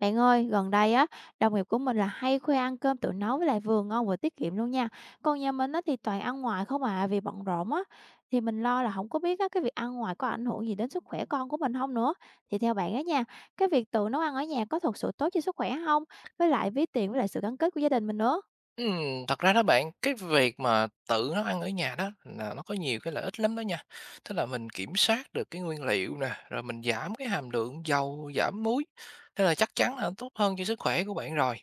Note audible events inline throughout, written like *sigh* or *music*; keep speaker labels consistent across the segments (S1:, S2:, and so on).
S1: Bạn ơi, gần đây á, đồng nghiệp của mình là hay khoe ăn cơm tự nấu với lại vừa ngon vừa tiết kiệm luôn nha. Còn nhà mình á thì toàn ăn ngoài không à, vì bận rộn á. Thì mình lo là không có biết á, cái việc ăn ngoài có ảnh hưởng gì đến sức khỏe con của mình không nữa. Thì theo bạn á nha, cái việc tự nấu ăn ở nhà có thực sự tốt cho sức khỏe không? Với lại ví tiền với lại sự gắn kết của gia đình mình nữa.
S2: Thật ra đó bạn, cái việc mà tự nấu ăn ở nhà đó là nó có nhiều cái lợi ích lắm đó nha. Tức là mình kiểm soát được cái nguyên liệu nè, rồi mình giảm cái hàm lượng dầu, giảm muối, thế là chắc chắn là tốt hơn cho sức khỏe của bạn rồi.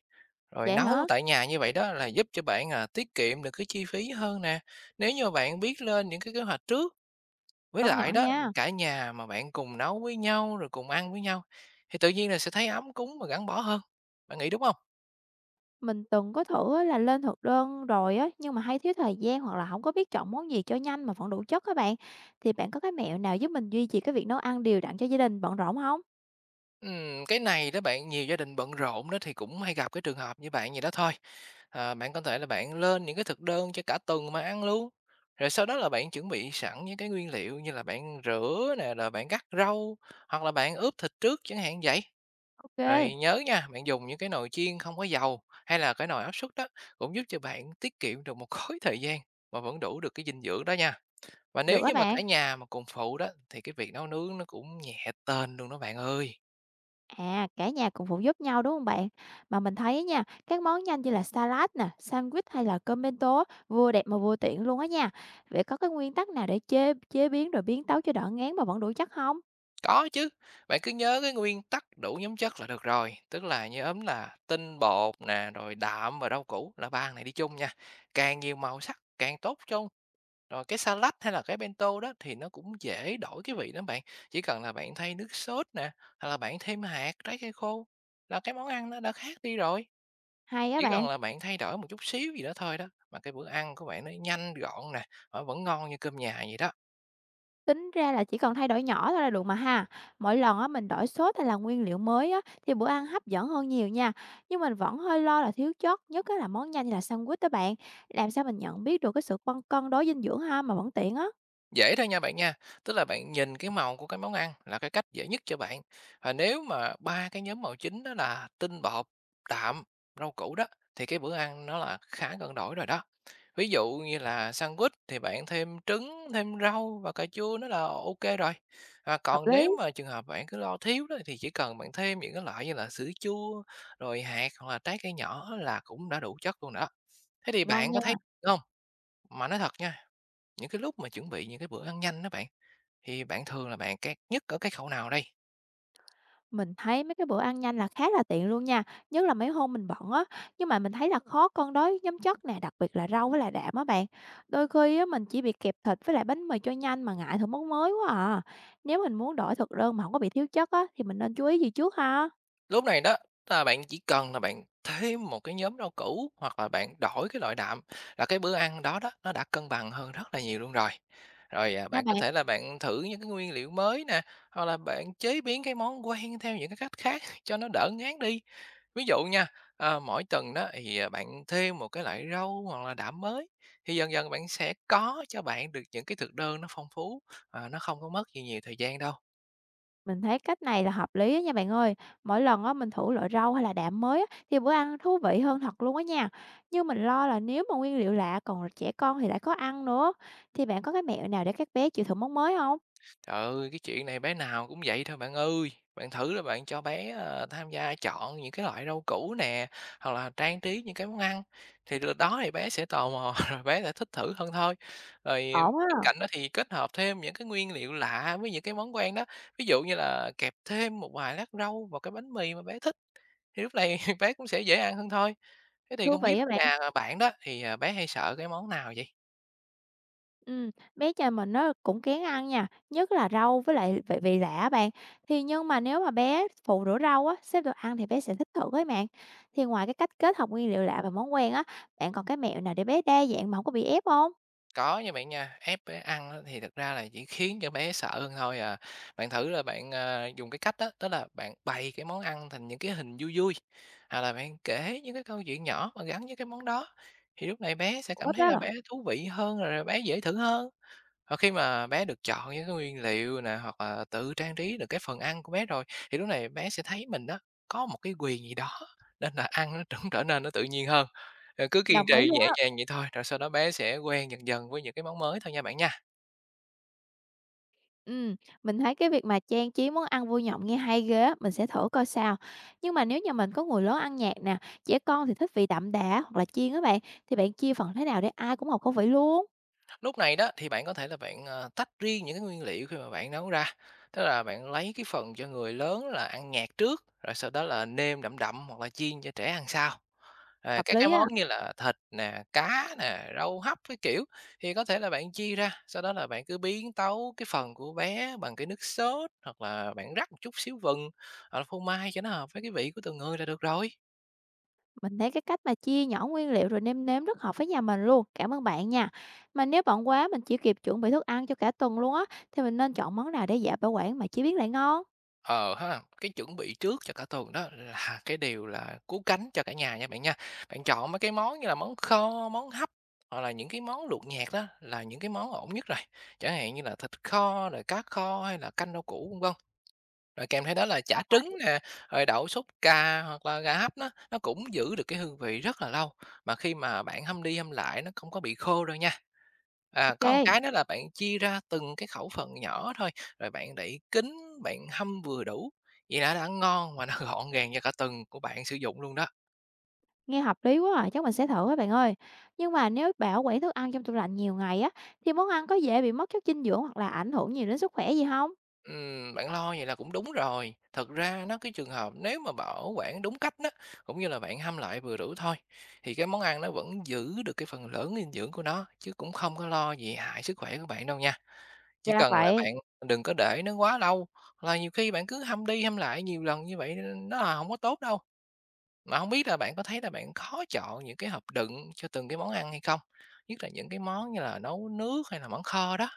S2: Rồi
S1: Vậy
S2: nấu
S1: hả?
S2: tại nhà như vậy đó là giúp cho bạn, tiết kiệm được cái chi phí hơn nè, nếu như bạn biết lên những cái kế hoạch trước. Với
S1: Công
S2: lại
S1: nhận
S2: đó,
S1: nha.
S2: cả nhà mà bạn cùng nấu với nhau, rồi cùng ăn với nhau thì tự nhiên là sẽ thấy ấm cúng và gắn bó hơn. Bạn nghĩ đúng không?
S1: Mình từng có thử á là lên thực đơn rồi á, nhưng mà hay thiếu thời gian hoặc là không có biết chọn món gì cho nhanh mà vẫn đủ chất các bạn. Thì bạn có cái mẹo nào giúp mình duy trì cái việc nấu ăn đều đặn cho gia đình bận rộn không?
S2: Cái này đó bạn, nhiều gia đình bận rộn đó thì cũng hay gặp cái trường hợp như bạn vậy đó thôi. Bạn có thể là bạn lên những cái thực đơn cho cả tuần mà ăn luôn. Rồi sau đó là bạn chuẩn bị sẵn những cái nguyên liệu như là bạn rửa nè, rồi bạn cắt rau hoặc là bạn ướp thịt trước chẳng hạn vậy. Rồi
S1: OK.
S2: nhớ nha, bạn dùng những cái nồi chiên không có dầu hay là cái nồi áp suất đó cũng giúp cho bạn tiết kiệm được một *laughs* khối thời gian mà vẫn đủ được cái dinh dưỡng đó nha. Và nếu
S1: Được các
S2: như mà cả
S1: bạn.
S2: nhà mà cùng phụ đó thì cái việc nấu nướng nó cũng nhẹ tên luôn đó bạn ơi.
S1: À, cả nhà cùng phụ giúp nhau, đúng không bạn? Mà mình thấy nha, các món nhanh như là salad nè, sandwich hay là cơm bento á, vừa đẹp mà vừa tiện luôn á nha. Vậy có cái nguyên tắc nào để chế chế biến rồi biến tấu cho đỡ ngán mà vẫn đủ chất không?
S2: Có chứ, bạn cứ nhớ cái nguyên tắc đủ nhóm chất là được rồi, tức là nhóm là tinh bột nè, rồi đạm và rau củ là ba này đi chung nha. Càng nhiều màu sắc càng tốt chung. Rồi cái salad hay là cái bento đó thì nó cũng dễ đổi cái vị lắm bạn. Chỉ cần là bạn thay nước sốt nè, hay là bạn thêm hạt, trái cây khô là cái món ăn nó đã khác đi rồi.
S1: Hay á
S2: Chỉ cần
S1: bạn.
S2: là bạn thay đổi một chút xíu gì đó thôi đó mà cái bữa ăn của bạn nó nhanh gọn nè, mà vẫn ngon như cơm nhà vậy đó.
S1: Tính ra là chỉ còn thay đổi nhỏ thôi là được mà ha. Mỗi lần á mình đổi sốt hay là nguyên liệu mới á thì bữa ăn hấp dẫn hơn nhiều nha. Nhưng mình vẫn hơi lo là thiếu chất, nhất á là món nhanh như là sandwich đó bạn. Làm sao mình nhận biết được cái sự cân cân đối dinh dưỡng ha mà vẫn tiện á?
S2: Dễ thôi nha bạn nha, tức là bạn nhìn cái màu của cái món ăn là cái cách dễ nhất cho bạn. Và nếu mà ba cái nhóm màu chính đó là tinh bột, đạm, rau củ đó thì cái bữa ăn nó là khá cân đối rồi đó. Ví dụ như là sandwich thì bạn thêm trứng, thêm rau và cà chua nó là ok rồi.
S1: Hợp
S2: Còn nếu
S1: lý.
S2: mà trường hợp bạn cứ lo thiếu đó thì chỉ cần bạn thêm những cái loại như là sữa chua, rồi hạt hoặc là trái cây nhỏ là cũng đã đủ chất luôn đó. Thế thì
S1: Ngon
S2: bạn có thấy
S1: nha.
S2: không? Mà nói thật nha, những cái lúc mà chuẩn bị những cái bữa ăn nhanh đó bạn thì bạn thường là bạn cay nhất ở cái khâu nào đây?
S1: Mình thấy mấy cái bữa ăn nhanh là khá là tiện luôn nha, nhất là mấy hôm mình bận á, nhưng mà mình thấy là khó cân đối nhóm chất nè, đặc biệt là rau với lại đạm á bạn. Đôi khi á mình chỉ bị kẹp thịt với lại bánh mì cho nhanh mà ngại thử món mới quá à. Nếu mình muốn đổi thực đơn mà không có bị thiếu chất á thì mình nên chú ý gì trước ha?
S2: Lúc này đó, là bạn chỉ cần là bạn thêm một cái nhóm rau củ hoặc là bạn đổi cái loại đạm là cái bữa ăn đó đó, nó đã cân bằng hơn rất là nhiều luôn rồi. Rồi,
S1: Nha
S2: bạn có
S1: bạn,
S2: thể là bạn thử những cái nguyên liệu mới nè, hoặc là bạn chế biến cái món quen theo những cái cách khác *laughs* cho nó đỡ ngán đi. Ví dụ nha, mỗi tuần đó thì, bạn thêm một cái loại rau hoặc là đạm mới, thì dần dần bạn sẽ có cho bạn được những cái thực đơn nó phong phú, nó không có mất gì nhiều thời gian đâu.
S1: mình thấy cách này là hợp lý á nha bạn ơi. Mỗi lần á mình thử loại rau hay là đạm mới á thì bữa ăn thú vị hơn thật luôn á nha. Nhưng mình lo là nếu mà nguyên liệu lạ còn trẻ con thì lại có ăn nữa. Thì bạn có cái mẹo nào để các bé chịu thử món mới không?
S2: Trời ơi, cái chuyện này bé nào cũng vậy thôi bạn ơi. Bạn thử là bạn cho bé, tham gia chọn những cái loại rau củ nè, hoặc là trang trí những cái món ăn, thì từ đó thì bé sẽ tò mò *laughs* rồi bé sẽ thích thử hơn thôi. Rồi
S1: Ổn ha!
S2: bên cạnh đó thì kết hợp thêm những cái nguyên liệu lạ với những cái món quen đó, ví dụ như là kẹp thêm một vài lát rau vào cái bánh mì mà bé thích, thì lúc này *laughs* bé cũng sẽ dễ ăn hơn thôi. Thế thì
S1: Thú
S2: không biết
S1: vị á bạn.
S2: nhà bạn đó thì, bé hay sợ cái món nào vậy?
S1: Ừ, bé nhà mình nó cũng kén ăn nha, nhất là rau với lại vị vị lạ á bạn. Thì nhưng mà nếu mà bé phụ rửa rau á, xếp đồ ăn thì bé sẽ thích thử ấy bạn. Thì ngoài cái cách kết hợp nguyên liệu lạ và món quen á, bạn còn cái mẹo nào để bé đa dạng mà không có bị ép không?
S2: Có nha bạn nha, ép bé ăn á thì thực ra là chỉ khiến cho bé sợ hơn thôi à. Bạn thử là bạn, dùng cái cách đó tức là bạn bày cái món ăn thành những cái hình vui vui, hoặc là bạn kể những cái câu chuyện nhỏ mà gắn với cái món đó, thì lúc này bé sẽ
S1: Có
S2: cảm thấy là
S1: đó.
S2: bé thú vị hơn, rồi bé dễ thử hơn. Ờ, khi mà bé được chọn những cái nguyên liệu nè, hoặc là tự trang trí được cái phần ăn của bé rồi, thì lúc này bé sẽ thấy mình đó có một cái quyền gì đó, nên là ăn nó cũng trở nên nó tự nhiên hơn. Ờ, cứ kiên
S1: Đồng ý
S2: trì
S1: luôn
S2: nhẹ
S1: á.
S2: nhàng vậy thôi, rồi sau đó bé sẽ quen dần dần với những cái món mới thôi nha bạn nha.
S1: Ừ, mình thấy cái việc mà trang trí món ăn vui nhộn nghe hay ghê á, mình sẽ thử coi sao. Nhưng mà nếu nhà mình có người lớn ăn nhạt nè, trẻ con thì thích vị đậm đà hoặc là chiên á bạn, thì bạn chia phần thế nào để ai cũng hợp khẩu vị luôn?
S2: Lúc này đó thì bạn có thể là bạn, tách riêng những cái nguyên liệu khi mà bạn nấu ra, tức là bạn lấy cái phần cho người lớn là ăn nhạt trước, rồi sau đó là nêm đậm đậm hoặc là chiên cho trẻ ăn sau.
S1: Hợp
S2: Các cái
S1: lý á.
S2: món như là thịt nè, cá nè, rau hấp cái kiểu thì có thể là bạn chia ra, sau đó là bạn cứ biến tấu cái phần của bé bằng cái nước sốt, hoặc là bạn rắc một chút xíu vừng, hoặc là phô mai cho nó hợp với cái vị của từng người là được rồi.
S1: Mình thấy cái cách mà chia nhỏ nguyên liệu rồi nêm nếm rất hợp với nhà mình luôn. Cảm ơn bạn nha. Mà nếu bận quá mình chỉ kịp chuẩn bị thức ăn cho cả tuần luôn á, thì mình nên chọn món nào để dễ bảo quản mà chỉ biết lại ngon?
S2: Ờ ha, cái chuẩn bị trước cho cả tuần đó là cái điều là cứu cánh cho cả nhà nha. Bạn chọn mấy cái món như là món kho, món hấp hoặc là những cái món luộc nhạt đó là những cái món ổn nhất rồi. Chẳng hạn như là thịt kho, rồi cá kho hay là canh rau củ vân vân. Rồi kèm theo đó là chả trứng nè, rồi đậu sốt ca hoặc là gà hấp nó cũng giữ được cái hương vị rất là lâu, mà khi mà bạn hâm đi hâm lại nó không có bị khô đâu nha. Có một
S1: Ok,
S2: cái đó là bạn chia ra từng cái khẩu phần nhỏ thôi, rồi bạn đậy kín, bạn hâm vừa đủ, vậy là đã ăn ngon mà nó *laughs* gọn gàng cho cả tuần của bạn sử dụng luôn đó.
S1: nghe hợp lý quá à, chắc mình sẽ thử á bạn ơi. Nhưng mà nếu bảo quản thức ăn trong tủ lạnh nhiều ngày á, thì món ăn có dễ bị mất chất dinh dưỡng hoặc là ảnh hưởng nhiều đến sức khỏe gì không?
S2: Bạn lo vậy là cũng đúng rồi. Thật ra nó cái trường hợp nếu mà bảo quản đúng cách đó, cũng như là bạn hâm lại vừa đủ thôi, thì cái món ăn nó vẫn giữ được cái phần lớn dinh dưỡng của nó, chứ cũng không có lo gì hại sức khỏe của bạn đâu nha. Chỉ
S1: Ra
S2: cần là
S1: vậy.
S2: bạn đừng có để nó quá lâu, là nhiều khi bạn cứ hâm đi hâm lại nhiều lần như vậy nó là không có tốt đâu. Mà không biết là bạn có thấy là bạn khó chọn những cái hộp đựng cho từng cái món ăn hay không? Nhất là những cái món như là nấu nước hay là món kho đó.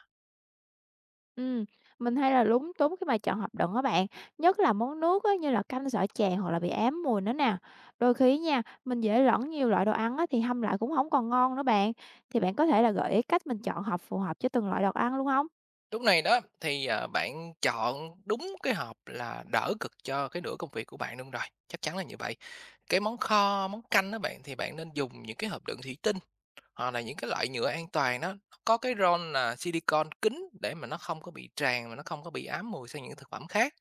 S1: Ừm, mình hay là lúng túng khi mà chọn hộp đựng á bạn, nhất là món nước á, như là canh sở chè hoặc là bị ám mùi nữa nè. Đôi khi nha, mình dễ lẫn nhiều loại đồ ăn á, thì hâm lại cũng không còn ngon nữa bạn. Thì bạn có thể là gợi ý cách mình chọn hộp phù hợp cho từng loại đồ ăn luôn không?
S2: Lúc này đó thì, bạn chọn đúng cái hộp là đỡ cực cho cái nửa công việc của bạn luôn rồi, chắc chắn là như vậy. Cái món kho, món canh đó bạn, thì bạn nên dùng những cái hộp đựng thủy tinh hoặc là những cái loại nhựa an toàn nó có cái ron là silicon kín để mà nó không có bị tràn, mà nó không có bị ám mùi sang những thực phẩm khác.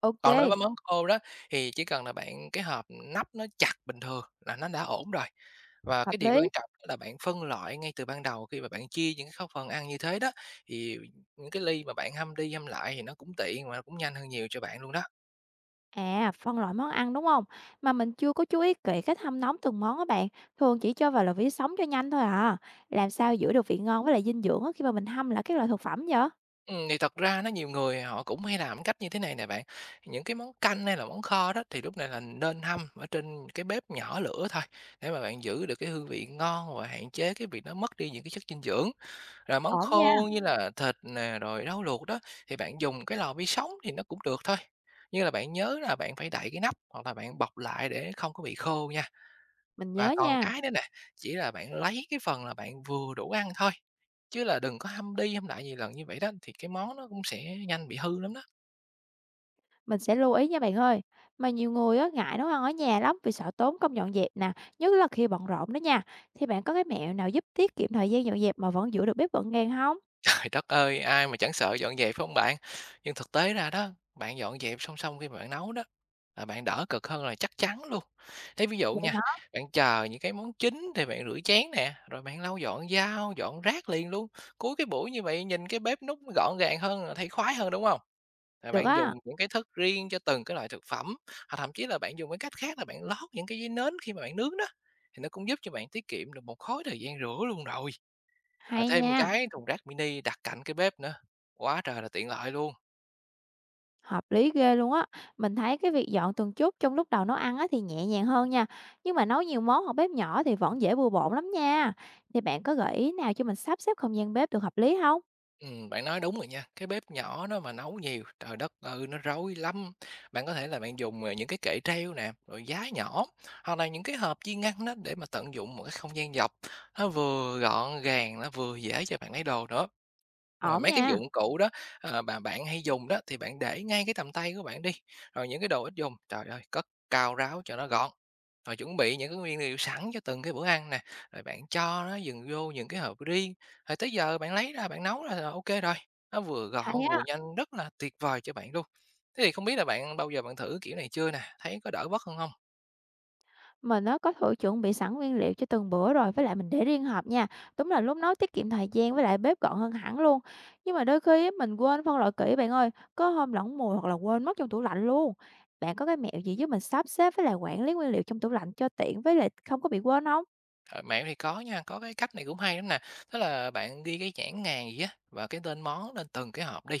S1: Ok,
S2: Còn đối với món khô đó thì chỉ cần là bạn cái hộp nắp nó chặt bình thường là nó đã ổn rồi. Và
S1: hợp
S2: cái điều
S1: lý.
S2: quan trọng đó là bạn phân loại ngay từ ban đầu khi mà bạn chia những cái khẩu phần ăn như thế đó, thì những cái ly mà bạn hâm đi hâm lại thì nó cũng tiện mà nó cũng nhanh hơn nhiều cho bạn luôn đó.
S1: À, phân loại món ăn, đúng không? Mà mình chưa có chú ý kỹ cách hâm nóng từng món á bạn, thường chỉ cho vào lò vi sóng cho nhanh thôi à. Làm sao giữ được vị ngon với lại dinh dưỡng á, khi mà mình hâm lại các loại thực phẩm vậy?
S2: Thì thật ra nó nhiều người họ cũng hay làm cách như thế này nè bạn. Những cái món canh hay là món kho đó thì lúc này là nên hâm ở trên cái bếp nhỏ lửa thôi để mà bạn giữ được cái hương vị ngon và hạn chế cái việc nó mất đi những cái chất dinh dưỡng. Rồi món
S1: Ổn nha,
S2: khô như là thịt nè, rồi rau luộc đó, thì bạn dùng cái lò vi sóng thì nó cũng được thôi, nhưng là bạn nhớ là bạn phải đậy cái nắp hoặc là bạn bọc lại để không có bị khô nha.
S1: mình
S2: Và
S1: nhớ
S2: còn
S1: nha.
S2: cái nữa nè, chỉ là bạn lấy cái phần là bạn vừa đủ ăn thôi, chứ là đừng có hâm đi hâm lại nhiều lần như vậy đó, thì cái món nó cũng sẽ nhanh bị hư lắm đó.
S1: Mình sẽ lưu ý nha bạn ơi. Mà nhiều người á, ngại nấu ăn ở nhà lắm vì sợ tốn công dọn dẹp nè, nhất là khi bận rộn đó nha. Thì bạn có cái mẹo nào giúp tiết kiệm thời gian dọn dẹp mà vẫn giữ được bếp gọn gàng không?
S2: Trời đất ơi, ai mà chẳng sợ dọn dẹp phải hông bạn? Nhưng thực tế ra đó, bạn dọn dẹp song song khi mà bạn nấu đó, là bạn đỡ cực hơn là chắc chắn luôn. Lấy ví dụ
S1: Vậy
S2: nha,
S1: hả?
S2: bạn chờ những cái món chính thì bạn rửa chén nè, rồi bạn lau dọn dao, dọn rác liền luôn. Cuối cái buổi như vậy nhìn cái bếp núc gọn gàng hơn là thấy khoái hơn, đúng không? Rồi
S1: Được
S2: bạn dùng
S1: á,
S2: những cái thức riêng cho từng cái loại thực phẩm, hoặc thậm chí là bạn dùng cái cách khác là bạn lót những cái giấy nến khi mà bạn nướng đó, thì nó cũng giúp cho bạn tiết kiệm được một khối thời gian rửa luôn rồi. À,
S1: hay
S2: thêm một
S1: nha,
S2: cái thùng rác mini đặt cạnh cái bếp nữa, quá trời là tiện lợi luôn.
S1: hợp lý ghê luôn á. Mình thấy cái việc dọn từng chút trong lúc đầu nấu ăn á, thì nhẹ nhàng hơn nha. Nhưng mà nấu nhiều món hoặc bếp nhỏ thì vẫn dễ bừa bộn lắm nha. Thì bạn có gợi ý nào cho mình sắp xếp không gian bếp được hợp lý không?
S2: Bạn nói đúng rồi nha, cái bếp nhỏ nó mà nấu nhiều, trời đất ơi nó rối lắm. Bạn có thể là bạn dùng những cái kệ treo nè, rồi giá nhỏ, hoặc là những cái hộp chiên ngăn đó để mà tận dụng một cái không gian dọc, nó vừa gọn gàng, nó vừa dễ cho bạn lấy đồ nữa. Rồi
S1: Ổn
S2: mấy cái
S1: nha,
S2: dụng cụ đó, mà bạn hay dùng đó thì bạn để ngay cái tầm tay của bạn đi, rồi những cái đồ ít dùng, trời ơi, cất cao ráo cho nó gọn. Rồi chuẩn bị những cái nguyên liệu sẵn cho từng cái bữa ăn nè, rồi bạn cho nó dừng vô những cái hộp riêng, rồi tới giờ bạn lấy ra bạn nấu là ô rồi, nó vừa
S1: hay
S2: gọn
S1: á.
S2: vừa nhanh, rất là tuyệt vời cho bạn luôn. Thế thì không biết là bạn bao giờ bạn thử kiểu này chưa nè? Thấy có đỡ bất hơn không?
S1: Mình nó có thử chuẩn bị sẵn nguyên liệu cho từng bữa rồi, với lại mình để riêng hộp nha. Đúng là lúc nấu tiết kiệm thời gian với lại bếp gọn hơn hẳn luôn. Nhưng mà đôi khi á, mình quên phân loại kỹ bạn ơi, có hôm lỏng mùi hoặc là quên mất trong tủ lạnh luôn. Bạn có cái mẹo gì giúp mình sắp xếp với lại quản lý nguyên liệu trong tủ lạnh cho tiện với lại không có bị quên không?
S2: Ờ, mẹo thì có nha, có cái cách này cũng hay lắm nè, tức là bạn ghi cái nhãn hàng gì á và cái tên món lên từng cái hộp đi.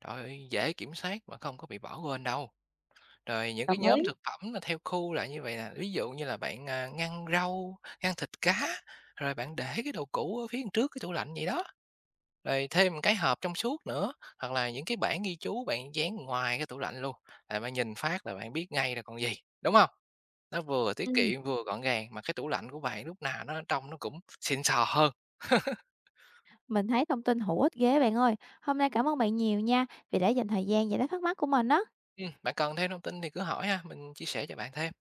S2: Trời ơi, dễ kiểm soát mà không có bị bỏ quên đâu. Rồi những cái
S1: Đồng ý.
S2: nhóm thực phẩm là theo khu lại như vậy nè, ví dụ như là bạn, à, ngăn rau, ngăn thịt cá, rồi bạn để cái đồ cũ ở phía trước cái tủ lạnh vậy đó. Rồi thêm một cái hộp trong suốt nữa, hoặc là những cái bảng ghi chú bạn dán ngoài cái tủ lạnh luôn, là bạn nhìn phát là bạn biết ngay là còn gì, đúng không? Nó vừa
S1: Ừ.
S2: tiết kiệm, vừa gọn gàng, mà cái tủ lạnh của bạn lúc nào nó trong nó cũng xịn sò hơn.
S1: Mình thấy thông tin hữu ích ghê bạn ơi. Hôm nay cảm ơn bạn nhiều nha vì đã dành thời gian giải đáp thắc mắc của mình đó.
S2: Bạn cần thêm thông tin thì cứ hỏi ha, mình chia sẻ cho bạn thêm.